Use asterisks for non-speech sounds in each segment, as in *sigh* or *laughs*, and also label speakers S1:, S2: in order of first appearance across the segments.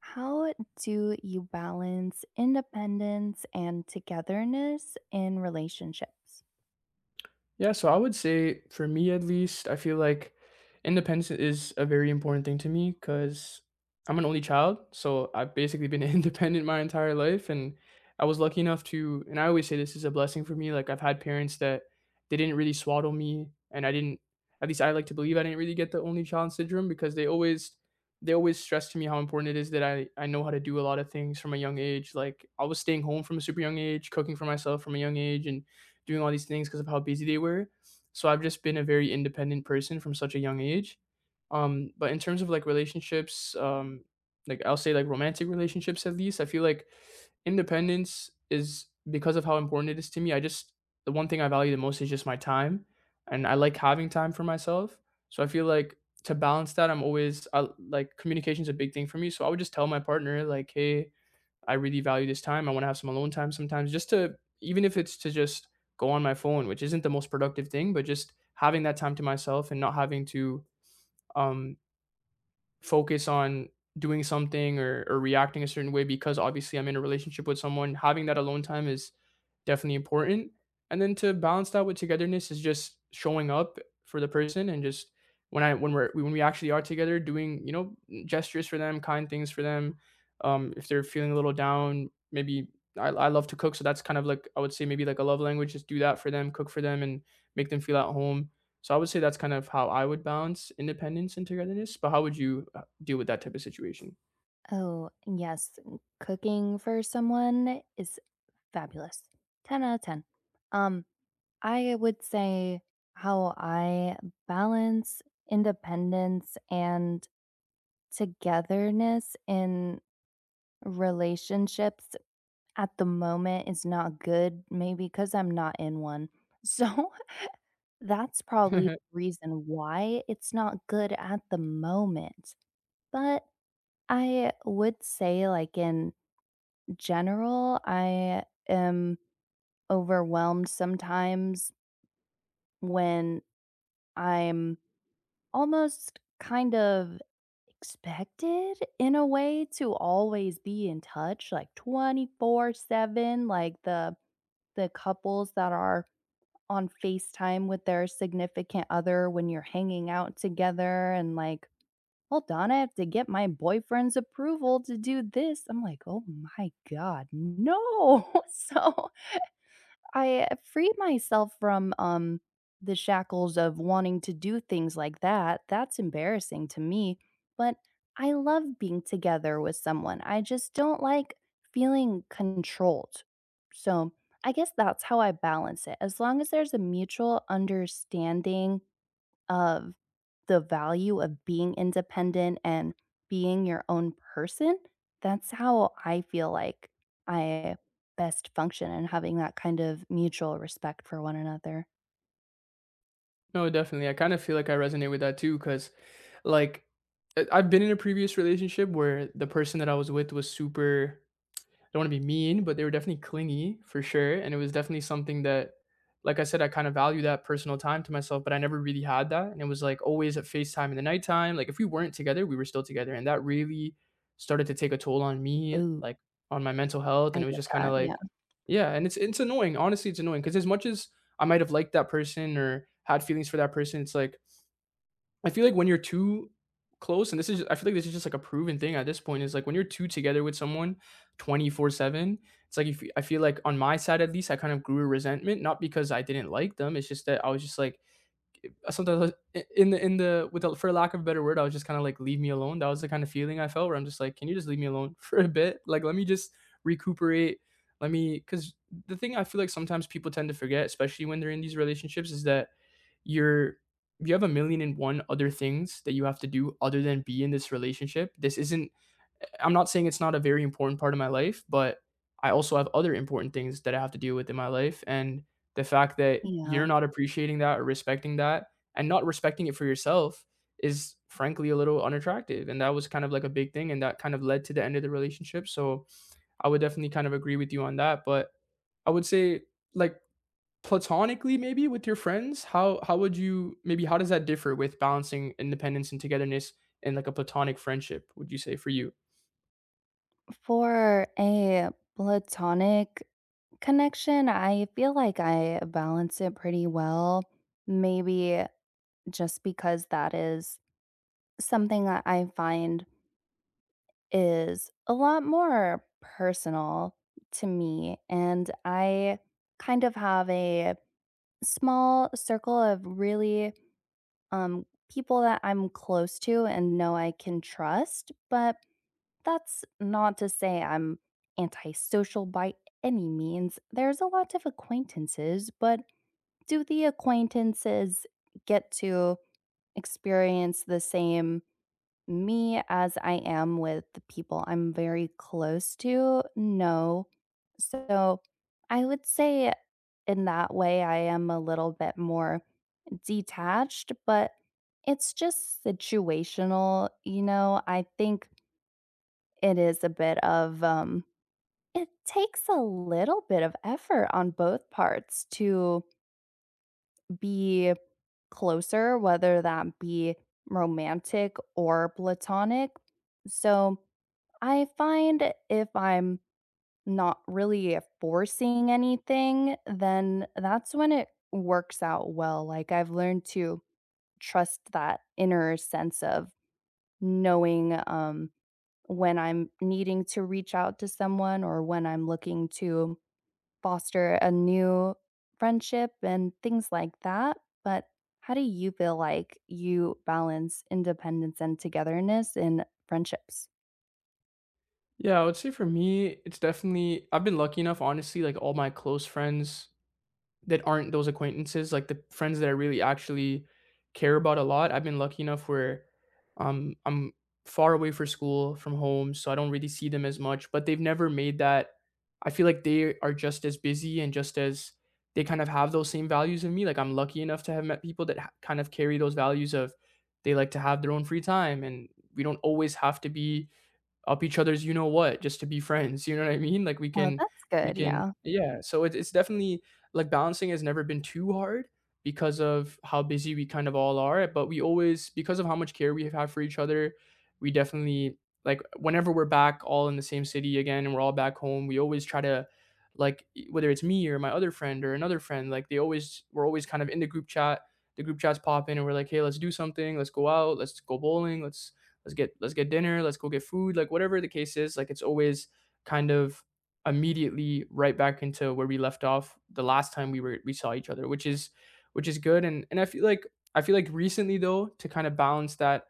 S1: How do you balance independence and togetherness in relationships?
S2: Yeah, so I would say for me at least, I feel like independence is a very important thing to me because I'm an only child. So I've basically been *laughs* independent my entire life. And I was lucky enough to, and I always say this is a blessing for me. Like I've had parents that they didn't really swaddle me. And I didn't, at least I like to believe I didn't really get the only child syndrome because they always stressed to me how important it is that I know how to do a lot of things from a young age. Like I was staying home from a super young age, cooking for myself from a young age. And doing all these things because of how busy they were. So I've just been a very independent person from such a young age. But in terms of like relationships, like I'll say like romantic relationships at least, I feel like independence is because of how important it is to me. I just The one thing I value the most is just my time, and I like having time for myself. So I feel like to balance that, like communication is a big thing for me. So I would just tell my partner like, hey, I really value this time. I want to have some alone time sometimes, just to even if it's to just go on my phone, which isn't the most productive thing, but just having that time to myself and not having to um, focus on doing something or reacting a certain way because obviously I'm in a relationship with someone. Having that alone time is definitely important. And then to balance that with togetherness is just showing up for the person and just when we actually are together, doing gestures for them, kind things for them. If they're feeling a little down, maybe I love to cook, so that's kind of like I would say maybe like a love language. Just do that for them, cook for them, and make them feel at home, so I would say that's kind of how I would balance independence and togetherness, but how would you deal with that type of situation?
S1: Oh, yes, cooking for someone is fabulous. 10 out of 10. Um, I would say how I balance independence and togetherness in relationships at the moment is not good, maybe because I'm not in one. *laughs* So that's probably
S2: *laughs*
S1: the reason why it's not good at the moment. But I would say, in general, I am overwhelmed sometimes when I'm almost kind of expected in a way to always be in touch like 24/7, like the couples that are on FaceTime with their significant other when you're hanging out together, and like, hold on, I have to get my boyfriend's approval to do this. I'm like, "Oh my god, no." *laughs* So I freed myself from, the shackles of wanting to do things like that. That's embarrassing to me, but I love being together with someone. I just don't like feeling controlled. So I guess that's how I balance it. As long as there's a mutual understanding of the value of being independent and being your own person, that's how I feel like I best function, and having that kind of mutual respect for one another.
S2: No, definitely. I kind of feel like I resonate with that too, because like I've been in a previous relationship where the person that I was with was super, don't want to be mean, but they were definitely clingy for sure. And it was definitely something that, like I said, I kind of value that personal time to myself, but I never really had that. And it was like always at FaceTime in the nighttime. Like if we weren't together, we were still together. And that really started to take a toll on me,
S1: Ooh,
S2: like on my mental health. And
S1: I
S2: it was
S1: get
S2: just kind
S1: that,
S2: of
S1: yeah.
S2: like, yeah. And it's annoying. Honestly, it's annoying. Cause as much as I might have liked that person or had feelings for that person, it's like I feel like when you're too close, and this is I feel like this is just like a proven thing at this point, is like when you're too together with someone 24/7, it's like if I feel like on my side at least I kind of grew a resentment, not because I didn't like them, it's just that I was just like sometimes I was, in the with the, for lack of a better word, I was just kind of like leave me alone. That was the kind of feeling I felt where I'm just like, can you just leave me alone *laughs* for a bit? Like let me just recuperate. Let me, cuz the thing I feel like sometimes people tend to forget, especially when they're in these relationships is that you're you have a million and one other things that you have to do other than be in this relationship. This isn't, I'm not saying it's not a very important part of my life, but I also have other important things that I have to deal with in my life. And the fact that
S1: Yeah.
S2: you're not appreciating that or respecting that and not respecting it for yourself is frankly a little unattractive. And that was kind of like a big thing. And that kind of led to the end of the relationship. So I would definitely kind of agree with you on that. But I would say like platonically maybe with your friends, how would you maybe how does that differ with balancing independence and togetherness in like a platonic friendship, would you say for you?
S1: For a platonic connection, I feel like I balance it pretty well. Maybe just because that is something that I find is a lot more personal to me. And I kind of have a small circle of really um, people that I'm close to and know I can trust. But that's not to say I'm antisocial by any means. There's a lot of acquaintances, but do the acquaintances get to experience the same me as I am with the people I'm very close to? No. So I would say in that way, I am a little bit more detached, but it's just situational. You know, I think it is a bit of, it takes a little bit of effort on both parts to be closer, whether that be romantic or platonic. So I find if I'm not really forcing anything, then that's when it works out well. Like, I've learned to trust that inner sense of knowing, when I'm needing to reach out to someone or when I'm looking to foster a new friendship and things like that. But how do you feel like you balance independence and togetherness in friendships?
S2: Yeah, I would say for me, it's definitely, I've been lucky enough, honestly, like all my close friends that aren't those acquaintances, like the friends that I really actually care about a lot. I've been lucky enough where I'm far away for school from home, so I don't really see them as much, but they've never made that. I feel like they are just as busy and just as, they kind of have those same values of me. Like I'm lucky enough to have met people that kind of carry those values of, they like to have their own free time and we don't always have to be up each other's you know what just to be friends, you know what I mean? Like, we
S1: Oh,
S2: can,
S1: that's
S2: we
S1: good.
S2: can
S1: Yeah.
S2: yeah, so it's definitely like, balancing has never been too hard because of how busy we kind of all are, but we always because of how much care we have had for each other, we definitely like, whenever we're back all in the same city again and we're all back home, we always try to, like, e whether it's me or my other friend or another friend, like, they always we're always kind of in the group chat. The group chats pop in and we're like, "Hey, let's do something. Let's go out. Let's go bowling. Let's get dinner, let's go get food, like whatever the case is, like it's always kind of immediately right back into where we left off the last time we saw each other, which is, which is good. And I feel like, I feel like recently, though, to kind of balance that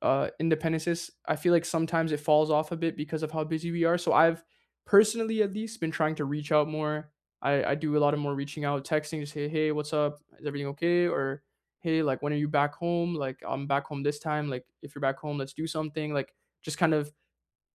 S2: independences. I feel like sometimes it falls off a bit because of how busy we are. So I've personally, at least, been trying to reach out more. I do a lot of more reaching out, texting, just hey, what's up? Is everything okay? Or hey, like when are you back home? Like I'm back home this time. Like if you're back home, let's do something. Like just kind of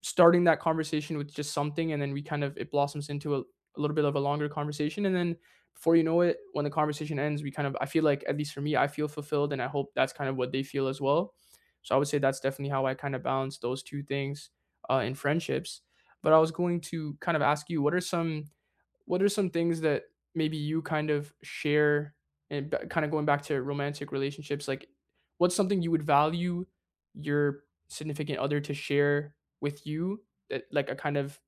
S2: starting that conversation with just something, and then we kind of it blossoms into a little bit of a longer conversation, and then before you know it when the conversation ends, we kind of, I feel like at least for me I feel fulfilled, and I hope that's kind of what they feel as well. So I would say that's definitely how I kind of balance those two things, in friendships. But I was going to kind of ask you, what are some, things that maybe you kind of share, and kind of going back to romantic relationships, like what's something you would value your significant other to share with you, that like, a kind of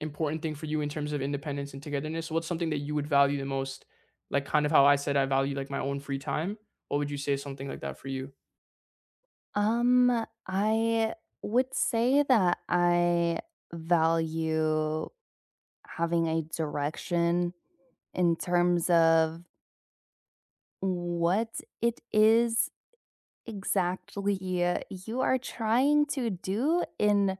S2: important thing for you in terms of independence and togetherness? What's something that you would value the most, like kind of how I said I value like my own free time? What would you say is something like that for you?
S1: I would say that I value having a direction in terms of what it is exactly you are trying to do in—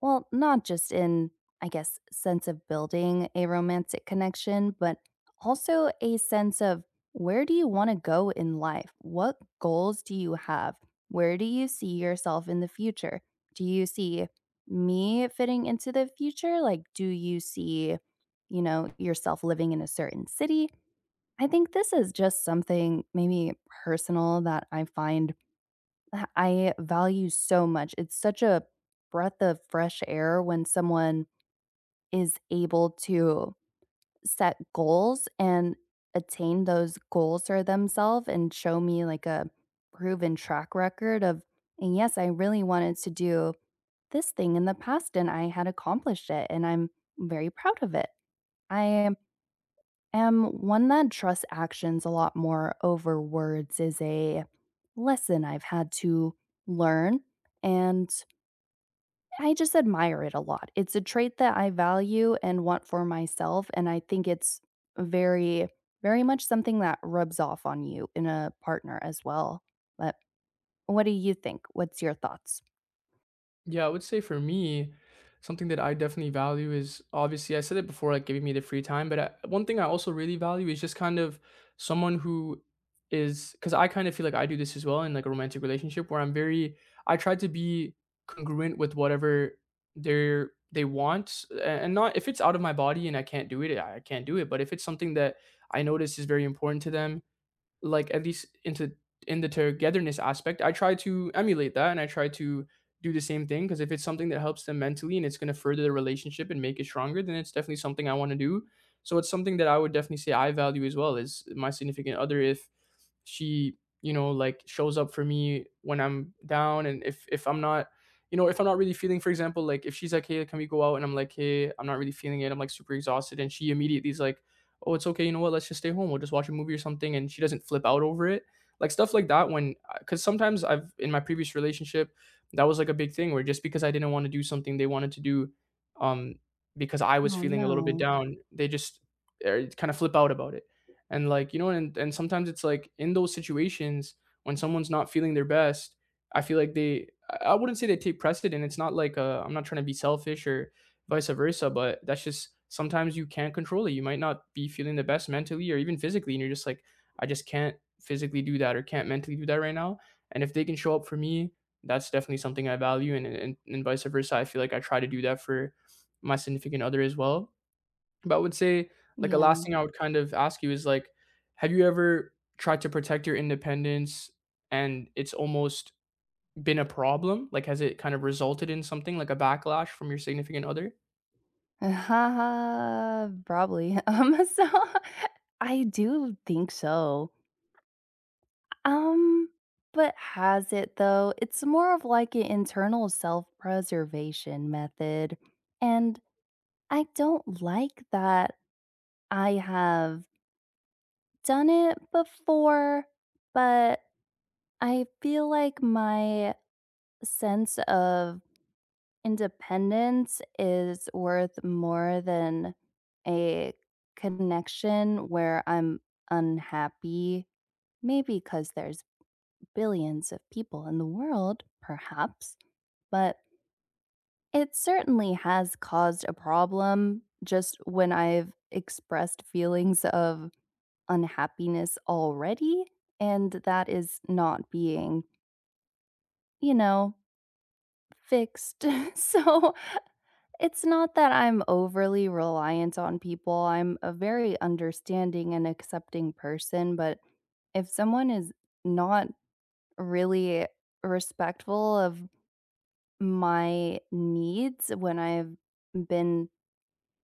S1: well, not just in, I guess, sense of building a romantic connection, but also a sense of, where do you want to go in life? What goals do you have? Where do you see yourself in the future? Do you see me fitting into the future? Like, do you see, you know, yourself living in a certain city? I think this is just something maybe personal that I find I value so much. It's such a breath of fresh air when someone is able to set goals and attain those goals for themselves and show me like a proven track record of, and yes, I really wanted to do this thing in the past and I had accomplished it and I'm very proud of it. I am one that trusts actions a lot more over words, is a lesson I've had to learn, and I just admire it a lot. It's a trait that I value and want for myself, and I think it's very very much something that rubs off on you in a partner as well. But what do you think? What's your thoughts?
S2: Yeah, I would say for me, something that I definitely value is, obviously I said it before, like giving me the free time. But I, one thing I also really value is just kind of someone who is, because I kind of feel like I do this as well in like a romantic relationship where I'm very, I try to be congruent with whatever they want, and not if it's out of my body and I can't do it, I can't do it. But if it's something that I notice is very important to them, like at least into in the togetherness aspect, I try to emulate that and I try to do the same thing because if it's something that helps them mentally and it's going to further the relationship and make it stronger, then it's definitely something I want to do. So it's something that I would definitely say I value as well. Is my significant other, if she, you know, like shows up for me when I'm down, and if I'm not, you know, if I'm not really feeling, for example, like if she's like, hey, can we go out? And I'm like, hey, I'm not really feeling it. I'm like super exhausted. And she immediately is like, oh, it's okay, you know what, let's just stay home. We'll just watch a movie or something. And she doesn't flip out over it. Like stuff like that, when, because sometimes I've, in my previous relationship, that was like a big thing where just because I didn't want to do something they wanted to do, um, because I was
S1: Oh,
S2: feeling a little bit
S1: no.
S2: down, they just kind of flip out about it. And like, you know, and sometimes it's like in those situations when someone's not feeling their best, I feel like they, I wouldn't say they take precedent. It's not like, I'm not trying to be selfish or vice versa. But that's just sometimes you can't control it. You might not be feeling the best mentally or even physically, and you're just like, I just can't physically do that or can't mentally do that right now. And if they can show up for me, that's definitely something I value, and vice versa. I feel like I try to do that for my significant other as well. But I would say like a
S1: Yeah.
S2: last thing I would kind of ask you is like, have you ever tried to protect your independence and it's almost been a problem? Like, has it kind of resulted in something like a backlash from your significant other?
S1: *laughs* Haha, probably. *laughs* *laughs* I do think so. Um, but has it though? It's more of like an internal self-preservation method, and I don't like that I have done it before, but I feel like my sense of independence is worth more than a connection where I'm unhappy. Maybe because there's billions of people in the world, perhaps, but it certainly has caused a problem just when I've expressed feelings of unhappiness already, and that is not being, you know, fixed. *laughs* So it's not that I'm overly reliant on people. I'm a very understanding and accepting person, but if someone is not really respectful of my needs when I've been,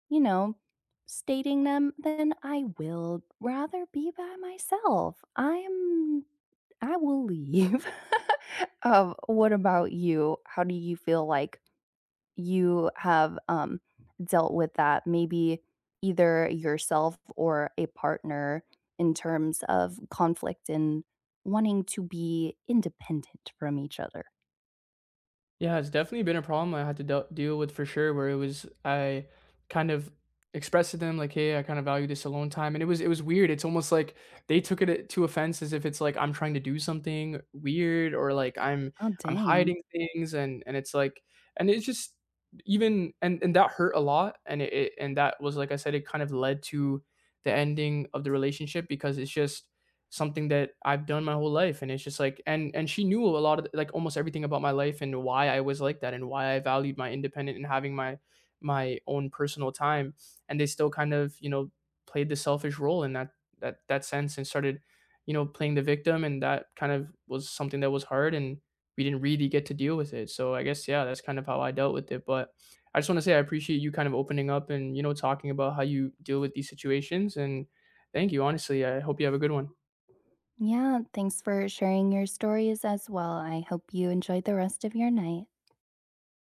S1: you know, stating them, then I will rather be by myself. I will leave. *laughs* What about you? How do you feel like you have, dealt with that? Maybe either yourself or a partner in terms of conflict and wanting to be independent from each other?
S2: Yeah, it's definitely been a problem I had to del deal with for sure, where it was I kind of expressed to them like, "Hey, I kinda value this alone time," and it was weird, it's almost like they took it to offense as if it's like I'm trying to do something weird or like
S1: Oh,
S2: I'm
S1: dang.
S2: hiding things, and it's like, and it's just, even, and that hurt a lot, and it and that was, like I said, it kind of led to the ending of the relationship because it's just something that I've done my whole life, and it's just like, and she knew a lot of like almost everything about my life and why I was like that and why I valued my independent and having my, my own personal time, and they still kind of, you know, played the selfish role in that, that sense and started, you know, playing the victim, and that kind of was something that was hard and we didn't really get to deal with it. So I guess yeah, that's kind of how I dealt with it, but I just want to say I appreciate you kind of opening up and, you know, talking about how you deal with these situations, and thank you honestly. I hope you have a good one.
S1: Yeah, thanks for sharing your stories as well. I hope you enjoyed the rest of your night.